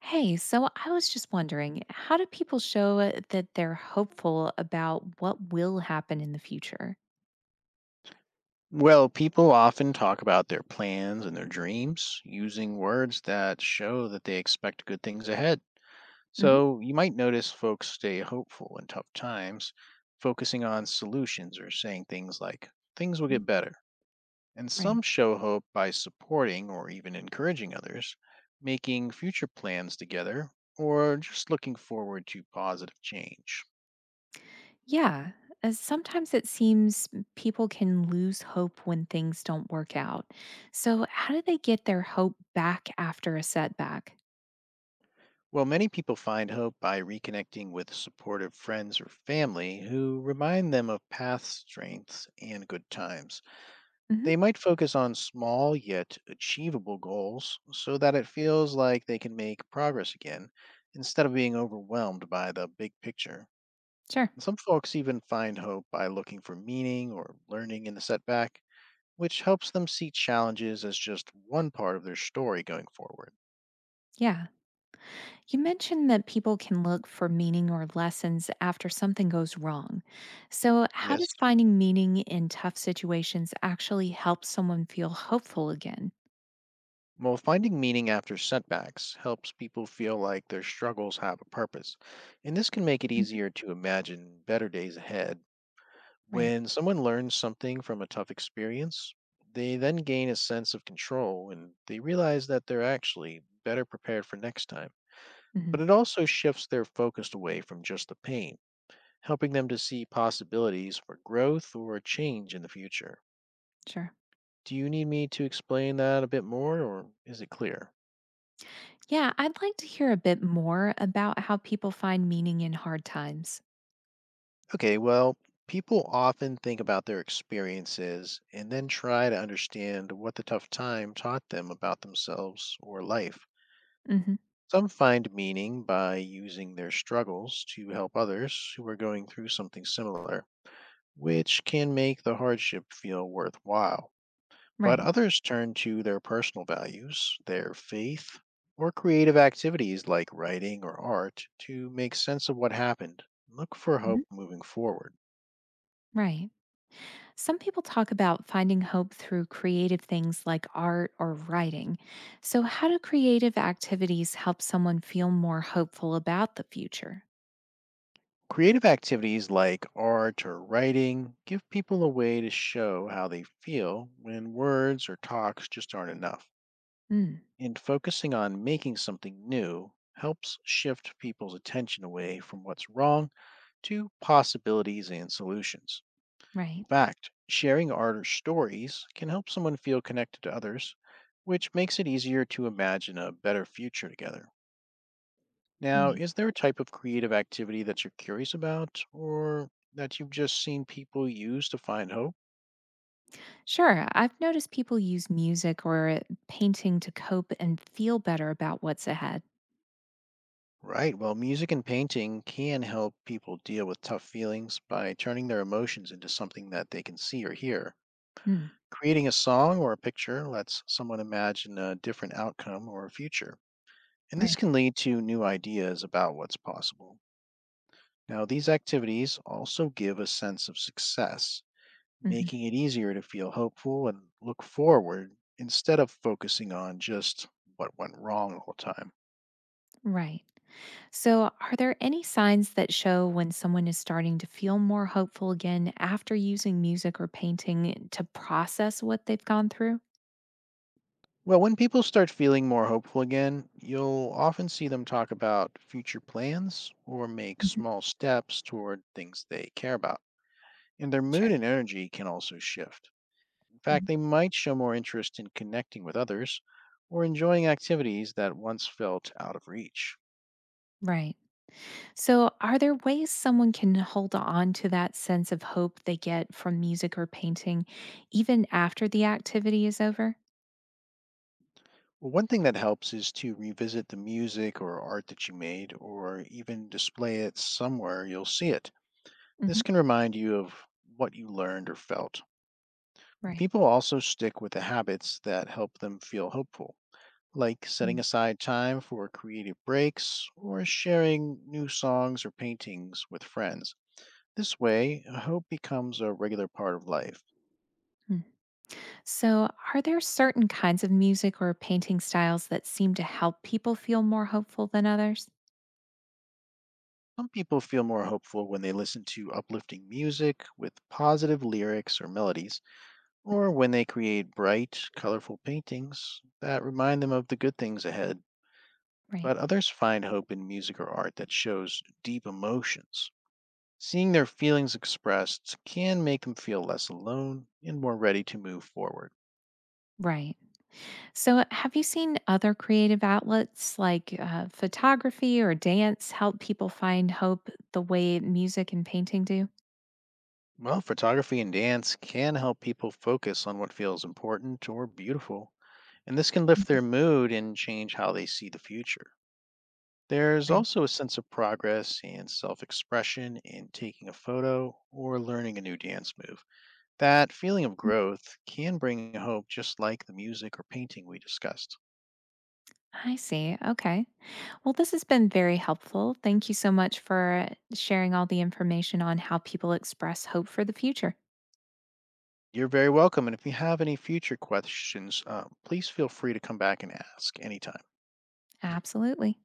Hey, so I was just wondering, how do people show that they're hopeful about what will happen in the future? Well, people often talk about their plans and their dreams using words that show that they expect good things ahead. Mhm. So you might notice folks stay hopeful in tough times, focusing on solutions or saying things like, things will get Mm. better. And Right. some show hope by supporting or even encouraging others, making future plans together, or just looking forward to positive change. Yeah, as sometimes it seems people can lose hope when things don't work out. So, how do they get their hope back after a setback? Well, many people find hope by reconnecting with supportive friends or family who remind them of past strengths and good times. Hmm. They might focus on small yet achievable goals so that it feels like they can make progress again instead of being overwhelmed by the big picture. Sure. Some folks even find hope by looking for meaning or learning in the setback, which helps them see challenges as just one part of their story going forward. Yeah. You mentioned that people can look for meaning or lessons after something goes wrong. So, how Yes. does finding meaning in tough situations actually help someone feel hopeful again? Well, finding meaning after setbacks helps people feel like their struggles have a purpose, and this can make it Mhm. easier to imagine better days ahead. Right. When someone learns something from a tough experience, they then gain a sense of control and they realize that they're actually better prepared for next time. But Hmm. it also shifts their focus away from just the pain, helping them to see possibilities for growth or change in the future. Sure. Do you need me to explain that a bit more, or is it clear? Yeah, I'd like to hear a bit more about how people find meaning in hard times. Okay, well, people often think about their experiences and then try to understand what the tough time taught them about themselves or life. Hmm. Some find meaning by using their struggles to help others who are going through something similar, which can make the hardship feel worthwhile. But Right. others turn to their personal values, their faith, or creative activities like writing or art to make sense of what happened, and look for Hmm. hope moving forward. Right. Some people talk about finding hope through creative things like art or writing. So, how do creative activities help someone feel more hopeful about the future? Creative activities like art or writing give people a way to show how they feel when words or talks just aren't enough. Mm. And focusing on making something new helps shift people's attention away from what's wrong to possibilities and solutions. In Right, fact, sharing art or stories can help someone feel connected to others, which makes it easier to imagine a better future together. Now, right. is there a type of creative activity that you're curious about, or that you've just seen people use to find hope? Sure. I've noticed people use music or painting to cope and feel better about what's ahead. Right, well, music and painting can help people deal with tough feelings by turning their emotions into something that they can see or hear. Mm. Creating a song or a picture lets someone imagine a different outcome or a future, and this Right. can lead to new ideas about what's possible. Now, these activities also give a sense of success, Hmm. making it easier to feel hopeful and look forward instead of focusing on just what went wrong the whole time. Right. So, are there any signs that show when someone is starting to feel more hopeful again after using music or painting to process what they've gone through? Well, when people start feeling more hopeful again, you'll often see them talk about future plans or make Mhm. small steps toward things they care about. And their mood Sure. and energy can also shift. In fact, Mhm. they might show more interest in connecting with others or enjoying activities that once felt out of reach. Right. So, are there ways someone can hold on to that sense of hope they get from music or painting even after the activity is over? Well, one thing that helps is to revisit the music or art that you made, or even display it somewhere you'll see it. This can remind you of what you learned or felt. But Right. people also stick with the habits that help them feel hopeful, like setting aside time for creative breaks or sharing new songs or paintings with friends. This way, hope becomes a regular part of life. Mhm. So, are there certain kinds of music or painting styles that seem to help people feel more hopeful than others? Some people feel more hopeful when they listen to uplifting music with positive lyrics or melodies, or when they create bright, colorful paintings that remind them of the good things ahead. Right. But others find hope in music or art that shows deep emotions. Seeing their feelings expressed can make them feel less alone and more ready to move forward. Right. So, have you seen other creative outlets like photography or dance help people find hope the way music and painting do? Well, photography and dance can help people focus on what feels important or beautiful, and this can lift Mhm. their mood and change how they see the future. There's Right. also a sense of progress and self expression in taking a photo or learning a new dance move. That feeling of Mm. growth can bring hope, just like the music or painting we discussed. I see. Okay. Well, this has been very helpful. Thank you so much for sharing all the information on how people express hope for the future. You're very welcome, and if you have any future questions, please feel free to come back and ask anytime. Absolutely.